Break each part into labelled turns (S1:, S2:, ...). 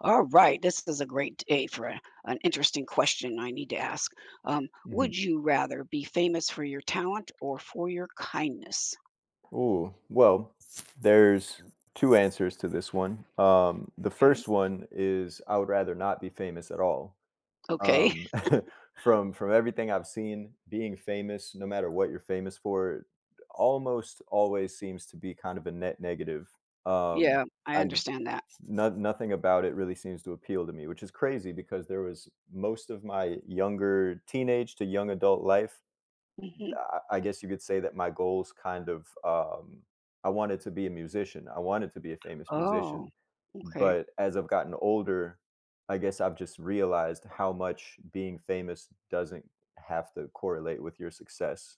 S1: All right, this is a great day for an interesting question I need to ask.
S2: Mhm.
S1: Would you rather be famous for your talent or for your kindness?
S2: Ooh, well, there's two answers to this one. The
S1: Okay.
S2: first one is I would rather not be famous at all.
S1: Okay.
S2: Um, from everything I've seen, being famous, no matter what you're famous for, almost always seems to be kind of a net negative. Um,
S1: Yeah, I
S2: I just
S1: understand that.
S2: no, nothing about it really seems to appeal to me, which is crazy because there was most of my younger teenage to young adult life
S1: Hmm.
S2: I guess you could say that my goals kind of, I wanted to be a musician. I wanted to be a famous
S1: Oh,
S2: musician,
S1: okay.
S2: but as I've gotten older, I guess I've just realized how much being famous doesn't have to correlate with your success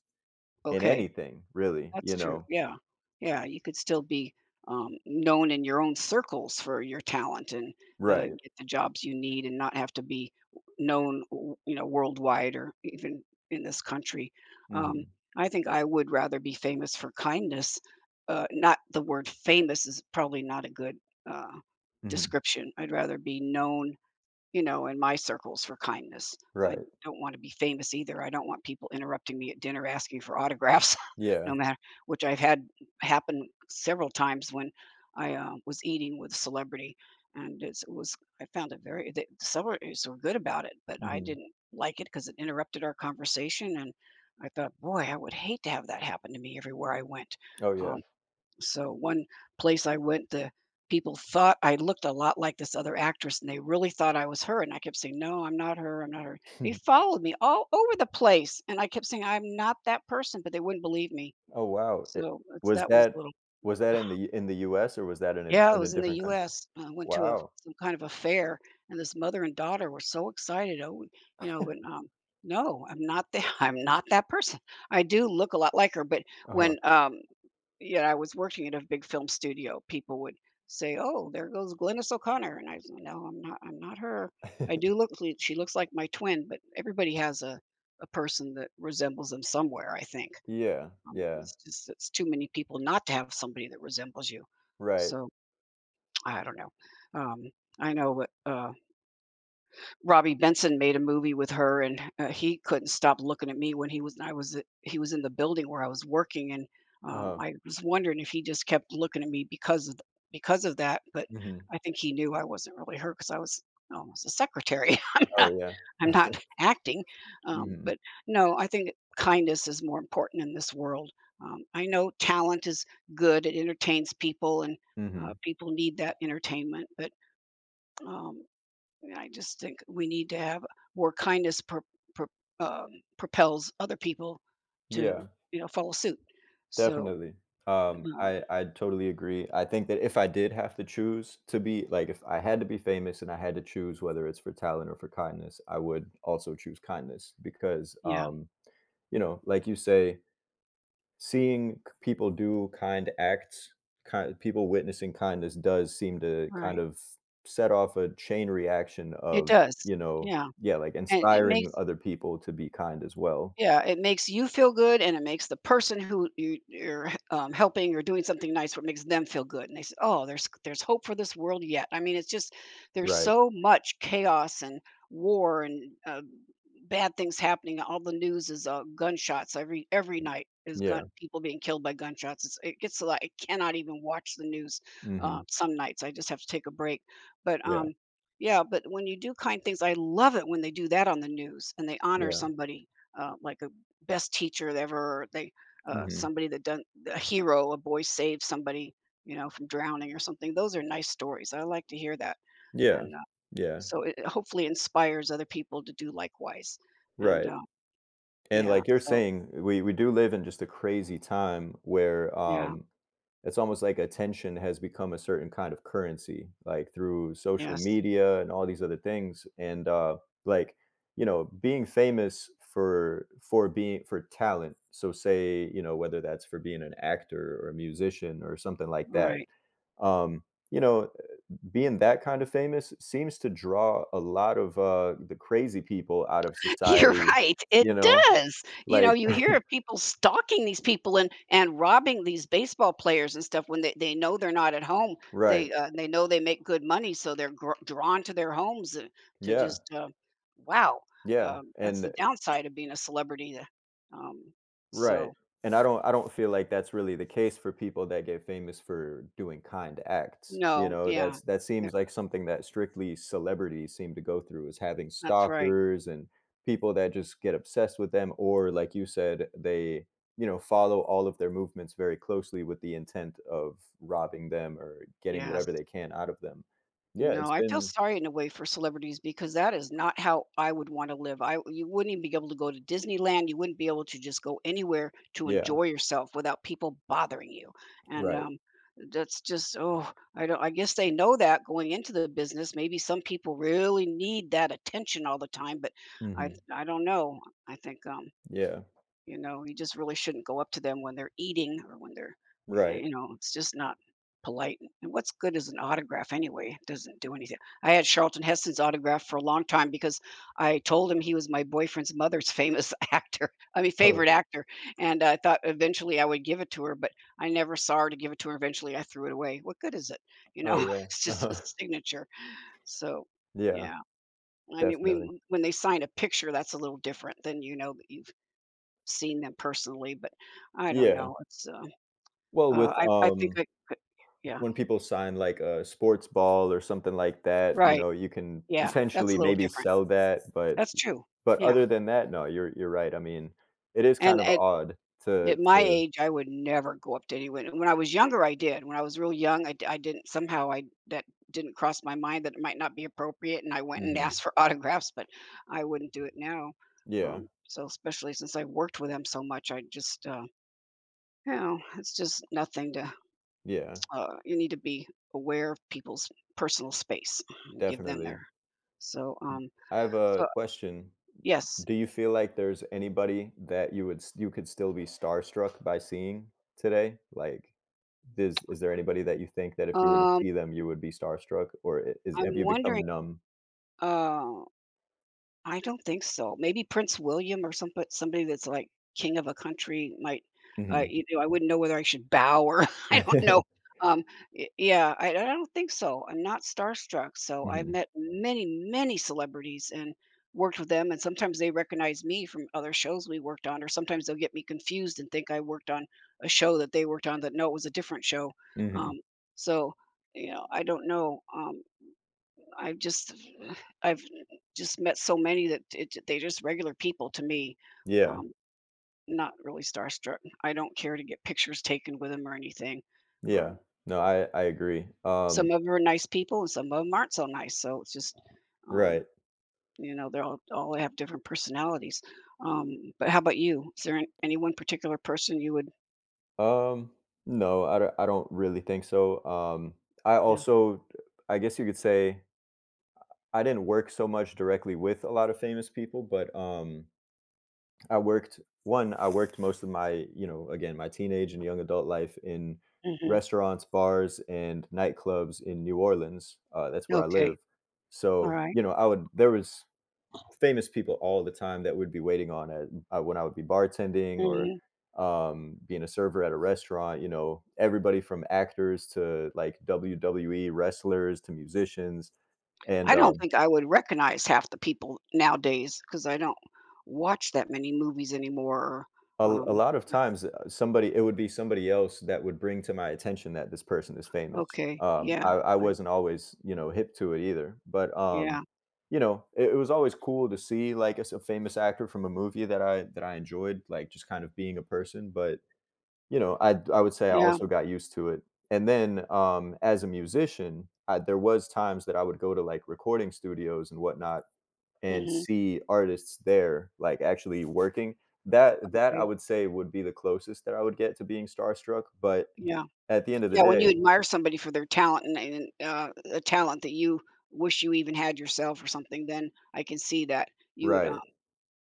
S2: in
S1: Okay.
S2: anything, really.
S1: That's true. Yeah. Yeah, you could still be, known in your own circles for your talent and,
S2: Right?
S1: get the jobs you need and not have to be known worldwide or even in this country. Um,
S2: Hmm.
S1: I think I would rather be famous for kindness, not the word famous is probably not a good, uh,
S2: Hmm.
S1: description. I'd rather be known, you know, in my circles for kindness. I
S2: Right?
S1: don't want to be famous either. I don't want people interrupting me at dinner asking for autographs, no
S2: Yeah.
S1: matter which I've had happen several times when I was eating with a celebrity, and it was I found it very the celebrities were good about it, but I
S2: Hmm.
S1: didn't like it because it interrupted our conversation. And I thought, boy, I would hate to have that happen to me everywhere I went.
S2: Oh
S1: Um,
S2: yeah.
S1: so one place I went, the people thought I looked a lot like this other actress, and they really thought I was her. And I kept saying, "No, I'm not her. I'm not her." They followed me all over the place, and I kept saying, "I'm not that person," but they wouldn't believe me.
S2: Oh wow. It,
S1: So it's,
S2: was
S1: that was a
S2: that
S1: little.
S2: was that in the U.S., or was that in a
S1: Yeah, it
S2: in a
S1: was in the
S2: different country?
S1: U.S. I went to a
S2: Wow.
S1: some kind of a fair, and this mother and daughter were so excited. Oh, but no, I'm not that. I'm not that person. I do look a lot like her, but
S2: Uh huh.
S1: when yeah, I was working at a big film studio. People would say, "Oh, there goes Glennis O'Connor," and I said, "No, I'm not. I'm not her. I do look. Li- She looks like my twin, but everybody has a person that resembles them somewhere. I think
S2: Yeah. Yeah.
S1: it's just it's too many people not to have somebody that resembles you.
S2: Right.
S1: So I don't know. Um, I know what. Robbie Benson made a movie with her, and, he couldn't stop looking at me when he was I was he was in the building where I was working, and,
S2: uh
S1: I was wondering if he just kept looking at me because of that, but
S2: Mhm.
S1: I think he knew I wasn't really her because I was almost a secretary.
S2: Oh, yeah.
S1: I'm not acting,
S2: Mhm.
S1: but, no, I think kindness is more important in this world. I know talent is good, it entertains people, and,
S2: Mhm.
S1: people need that entertainment, but, um, I just think we need to have more kindness pro um, propels other people to,
S2: Yeah,
S1: you know, follow suit. So,
S2: definitely. Um,
S1: um,
S2: I I totally agree. I think that if I did have to choose to be like, if I had to be famous and I had to choose whether it's for talent or for kindness, I would also choose kindness because,
S1: yeah,
S2: um, you know, like you say, seeing people do kind acts, kind people witnessing kindness does seem to kind
S1: right.
S2: of set off a chain reaction
S1: It
S2: of,
S1: does.
S2: you know,
S1: Yeah,
S2: yeah, like
S1: and it
S2: inspiring
S1: makes
S2: other people to be kind as well.
S1: Yeah, it makes you feel good, and it makes the person who you're helping or doing something nice for, it makes them feel good, and they say, "Oh, there's hope for this world yet." I mean, it's just there's
S2: Right.
S1: so much chaos and war and, bad things happening. All the news is, gunshots every night is gun
S2: Yeah.
S1: people being killed by gunshots. It's it gets a lot. I cannot even watch the news,
S2: Hmm.
S1: some nights. I just have to take a break, but,
S2: Yeah.
S1: yeah, but when you do kind things I love it when they do that on the news and they honor
S2: Yeah.
S1: somebody like a best teacher ever. They
S2: Hmm.
S1: somebody that done a hero, a boy saved somebody, you know, from drowning or something. Those are nice stories. I like to hear that,
S2: Yeah.
S1: and
S2: Yeah.
S1: so it hopefully inspires other people to do likewise. And
S2: Right. And
S1: yeah,
S2: like you're
S1: so
S2: saying, we do live in just a crazy time where
S1: yeah,
S2: it's almost like attention has become a certain kind of currency, like through social
S1: yes,
S2: media and all these other things. And like, you know, Being famous for being for talent. So say, you know, whether that's for being an actor or a musician or something like that.
S1: right.
S2: Um, you know, being that kind of famous seems to draw a lot of the crazy people out of
S1: You're
S2: society,
S1: right,
S2: you
S1: it
S2: know,
S1: does. You know,
S2: like
S1: you hear of people stalking these people and robbing these baseball players and stuff when they know they're not at home.
S2: right.
S1: They know they make good money, so they're gr drawn to their homes and to
S2: Yeah.
S1: just, wow,
S2: Yeah.
S1: that's the
S2: And
S1: downside of being a celebrity, um,
S2: right,
S1: so
S2: and I don't feel like that's really the case for people that get famous for doing kind acts, you
S1: no,
S2: know,
S1: yeah,
S2: that's that
S1: yeah,
S2: seems like something that strictly celebrities seem to go through is having
S1: that's right,
S2: stalkers and people that just get obsessed with them, or like you said, they, you know, follow all of their movements very closely with the intent of robbing them or getting
S1: yes.
S2: whatever they can out of them. Yeah,
S1: No,
S2: it's
S1: I feel
S2: been
S1: sorry in a way for celebrities because that is not how I would want to live. I You wouldn't even be able to go to Disneyland. You wouldn't be able to just go anywhere to
S2: yeah,
S1: enjoy yourself without people bothering you. And
S2: right.
S1: that's just oh, I don't. I guess they know that going into the business. Maybe some people really need that attention all the time, but
S2: Mhm.
S1: I don't know. I think
S2: Yeah,
S1: you know, you just really shouldn't go up to them when they're eating or when they're,
S2: right.
S1: you know, it's just not polite. And what's good is an autograph anyway? It doesn't do anything. I had Charlton Heston's autograph for a long time because I told him he was my boyfriend's mother's famous actor. I mean,
S2: Oh
S1: favorite actor. And I thought eventually I would give it to her, but I never saw her to give it to her. Eventually I threw it away. What good is it? You
S2: oh
S1: know,
S2: yeah.
S1: it's just a signature. So,
S2: Yeah,
S1: yeah. I mean,
S2: definitely.
S1: we, when they sign a picture, that's a little different than you know that you seen them personally, but I don't
S2: Yeah.
S1: know,
S2: Well,
S1: I think I could yeah,
S2: when people sign, like, a sports ball or something like that, you
S1: right,
S2: know, you can
S1: yeah, that's
S2: potentially
S1: a little
S2: maybe
S1: different.
S2: sell that,
S1: That's true,
S2: but
S1: yeah,
S2: other than that, no, you're right, I mean, it is
S1: and
S2: kind of odd
S1: at my
S2: to
S1: age, I would never go up to anyone, and when I was younger, I did. When I was real young, I didn't somehow I that didn't cross my mind that it might not be appropriate, and I went and
S2: mhm.
S1: asked for autographs, but I wouldn't do it now,
S2: Yeah,
S1: so especially since I worked with them so much, I just, you know, it's just nothing to
S2: yeah,
S1: you need to be aware of people's personal space and give them their
S2: definitely.
S1: so
S2: I have a
S1: so
S2: question.
S1: yes
S2: Do you feel like there's anybody that you would s you could still be starstruck by seeing today? Like, is there anybody that you think that if you were to
S1: um
S2: see them, you would be starstruck, or I is
S1: I'm
S2: have you
S1: wondering
S2: become numb?
S1: uh I don't think so. Maybe Prince William or some but somebody that's, like, king of a country might,
S2: Mhm.
S1: you know, I wouldn't know whether I should bow or I don't know. Um, y yeah, I don't think so. I'm not starstruck, so I've
S2: Mhm,
S1: met many, many celebrities and worked with them, and sometimes they recognize me from other shows we worked on, or sometimes they'll get me confused and think I worked on a show that they worked on that no, it was a different show.
S2: mhm.
S1: Um, so, you know, I don't know, I've just I've just met so many that it they're just regular people to me.
S2: Yeah,
S1: Um, not really starstruck. I don't care to get pictures taken with them or anything.
S2: yeah.
S1: Um,
S2: No, I agree.
S1: some of them are nice people and some of them 'em aren't so nice, so it's just, um,
S2: Right.
S1: you know, they're all have different personalities. But how about you? Is there an any one particular person you would
S2: Um, no, I don't really think so. I
S1: yeah,
S2: also I guess you could say I didn't work so much directly with a lot of famous people, but I worked one, I worked most of my, you know, again, my teenage and young adult life in
S1: mhm,
S2: restaurants, bars, and nightclubs in New Orleans. That's where I
S1: okay,
S2: live. So,
S1: alright,
S2: you know, I would there was famous people all the time that would be waiting on at when I would be bartending or
S1: mhm.
S2: being a server at a restaurant. You know, everybody from actors to like WWE wrestlers to musicians. And
S1: I don't think I would recognize half the people nowadays because I don't watch that many movies anymore,
S2: A, a
S1: um
S2: lot of times, somebody it would be somebody else that would bring to my attention that this person is famous.
S1: okay, yeah,
S2: I
S1: I
S2: wasn't always, you know, hip to it either. But
S1: yeah,
S2: you know, it was always cool to see like a, s- a famous actor from a movie that I enjoyed, like just kind of being a person. But you know, I would say I
S1: yeah,
S2: also got used to it, and then, as a musician, I there was times that I would go to, like, recording studios and whatnot and
S1: mhm,
S2: see artists there, like, actually working. That that I
S1: okay,
S2: would say would be the closest that I would get to being starstruck, but
S1: yeah.
S2: at the end of the
S1: Yeah, when you
S2: day
S1: admire somebody for their talent and a talent that you wish you even had yourself or something, then I can see that you
S2: right.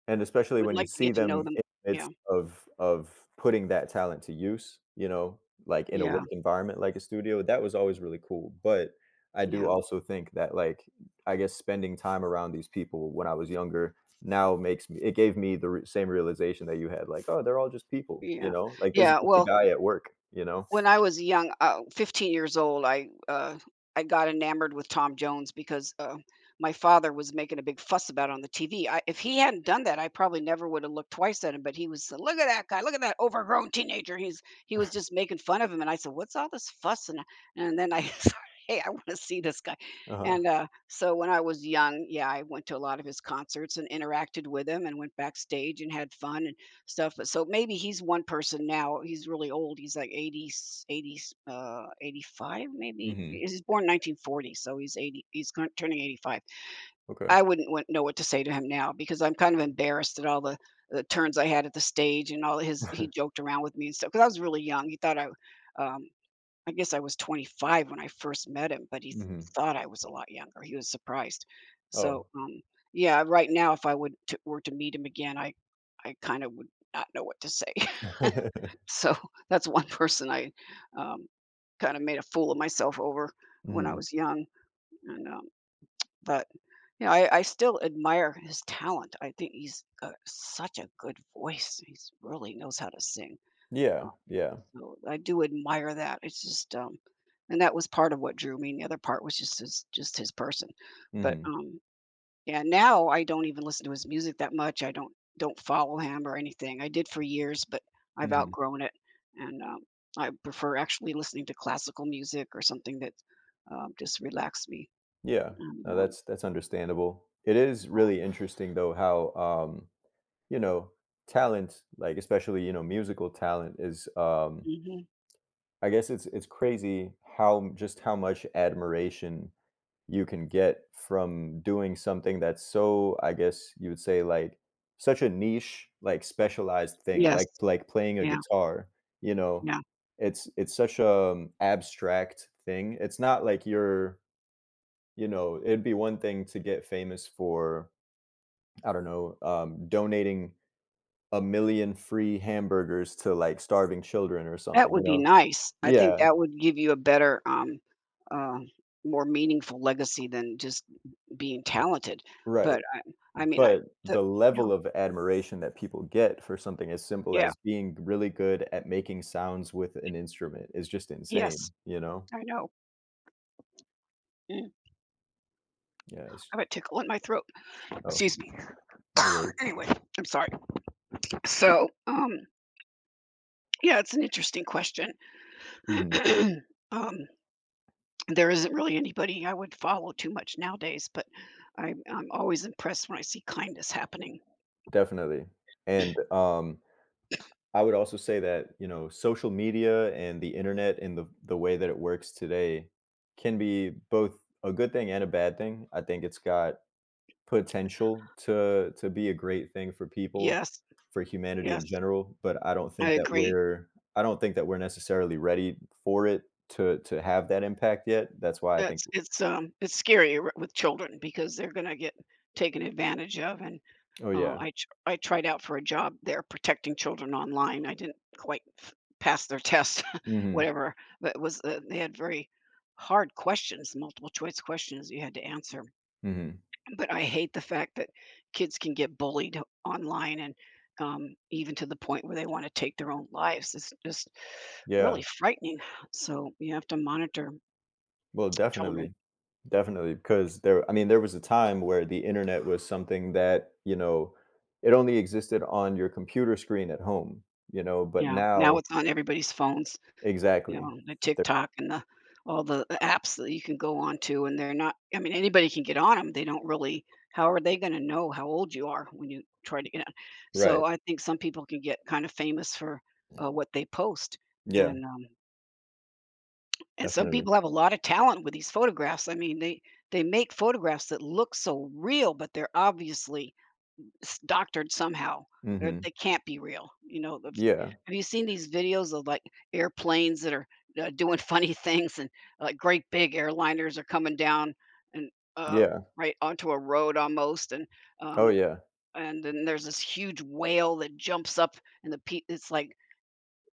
S2: And especially
S1: would
S2: when you
S1: like to
S2: see
S1: get to
S2: them
S1: know
S2: in
S1: them.
S2: the
S1: Yeah,
S2: midst of putting that talent to use, you know, like in a
S1: yeah,
S2: work environment like a studio, that was always really cool. But I do
S1: yeah,
S2: also think that like I guess spending time around these people when I was younger now makes me it gave me the same realization that you had like, oh, they're all just people, you
S1: yeah,
S2: know? Like this is
S1: yeah,
S2: just a guy at work, you know?
S1: when I was young, 15 years old, I got enamored with Tom Jones because my father was making a big fuss about it on the TV. If he hadn't done that, I probably never would have looked twice at him. But he was, look at that guy, look at that overgrown teenager. He was just making fun of him, and I said, what's all this fuss? And then I started, hey, I want to see this guy.
S2: Uh-huh.
S1: And so when I was young, yeah, I went to a lot of his concerts and interacted with him, and went backstage and had fun. Stuff, but so maybe he's one person now, he's really old, he's like eighty, 85 maybe? He
S2: Mhm.
S1: was born 1940, so he's 80 he's gon turning 85.
S2: Okay.
S1: I wouldn't want know what to say to him now because I'm kind of embarrassed at all the turns I had at the stage and all his he joked around with me and stuff because I was really young, he thought um I guess I was 25 when I first met him, but he th
S2: Mhm.
S1: thought I was a lot younger. He was surprised. So,
S2: Oh.
S1: yeah, right now, if I would to were to meet him again, I kinda would not know what to say. So, that's one person I, um, kinda made a fool of myself over when I
S2: mhm.
S1: was young, and, but, yeah, I still admire his talent. I think he's got such a good voice. He really knows how to sing.
S2: Yeah. Yeah.
S1: So, I do admire that. It's just, and that was part of what drew me, and the other part was just his person. But,
S2: Mhm.
S1: yeah, now I don't even listen to his music that much. I don't follow him or anything. I did for years, but I've
S2: Mhm.
S1: outgrown it, and, I prefer actually listening to classical music or something that, just relax me,
S2: Yeah.
S1: and,
S2: No, that's understandable. It is really interesting though how you know, talent, like especially, you know, musical talent is
S1: mhm.
S2: I guess it's crazy how just how much admiration you can get from doing something that's so, I guess you would say like such a niche, like specialized thing,
S1: Yes.
S2: like playing a
S1: Yeah,
S2: guitar, you know.
S1: yeah.
S2: It's such a abstract thing. It's not like you're you know, it'd be one thing to get famous for, I don't know, donating a million free hamburgers to, like, starving children or
S1: That
S2: something,
S1: would
S2: you
S1: be
S2: know?
S1: nice. I think
S2: Yeah,
S1: that would give you a better, uh, more meaningful legacy than just being talented.
S2: right.
S1: But I mean, I
S2: But
S1: the
S2: the
S1: you know,
S2: level of admiration that people get for something as simple
S1: yeah,
S2: as being really good at making sounds with an instrument is just
S1: yes,
S2: insane, you know?
S1: I know. Mm, I
S2: Yeah, it's
S1: have a tickle in my throat.
S2: oh,
S1: Excuse me.
S2: no worries.
S1: Anyway, I'm sorry. So, yeah, it's an interesting question.
S2: Mhm,
S1: Um, there isn't really anybody I would follow too much nowadays, but I'm always impressed when I see kindness happening.
S2: definitely. And, um I would also say that, you know, social media and the internet and the way that it works today can be both a good thing and a bad thing. I think it's got potential to be a great thing for people,
S1: Yes,
S2: for humanity in
S1: yes,
S2: general, but I don't
S1: I
S2: think that
S1: agree.
S2: we're I don't think that we're necessarily ready for it to have that impact yet. That's why I think
S1: That's it's scary with children because they're gonna get taken advantage of and
S2: oh, yeah.
S1: I tried out for a job there protecting children online. I didn't quite f pass their test,
S2: Mhm.
S1: whatever, but it was, they had very hard questions, multiple choice questions you had to answer.
S2: Mhm.
S1: But I hate the fact that kids can get bullied online and even to the point where they want to take their own lives. It's just really
S2: Yeah.
S1: frightening. So you have to monitor
S2: Well,
S1: children.
S2: definitely. Definitely, because there I mean, there was a time where the internet was something that, you know, it only existed on your computer screen at home, you know, but
S1: Yeah, now
S2: now
S1: it's on everybody's phones. You
S2: exactly.
S1: know, the
S2: The
S1: TikTok and the all the apps that you can go on to, and they're not I mean, anybody can get on them. They don't really how are they gonna know how old you are when you try to get on?
S2: right.
S1: So, I think some people can get kind of famous for, what they post,
S2: Yeah,
S1: and, um and some
S2: definitely.
S1: people have a lot of talent with these photographs. I mean, they make photographs that look so real, but they're obviously it's doctored somehow.
S2: Mhm.
S1: They can't be real, you know, if
S2: Yeah.
S1: have you seen these videos of, like, airplanes that are, doing funny things and, like, great big airliners are coming down and, uh,
S2: Yeah.
S1: right onto a road almost, um,
S2: Oh, yeah.
S1: and then there's this huge whale that jumps up and the pe it's like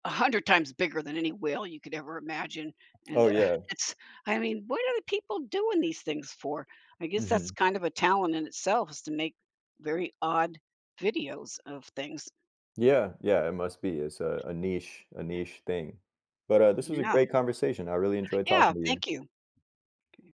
S1: 100 times bigger than any whale you could ever imagine, and,
S2: Oh, yeah.
S1: it's I mean, what are the people doing these things for? I guess that's
S2: Mhm.
S1: kind of a talent in itself is to make very odd videos of things.
S2: Yeah, yeah, it must be. It's a niche thing. But, this was a
S1: Yeah.
S2: great conversation. I really enjoyed
S1: Yeah,
S2: talking to you.
S1: thank you.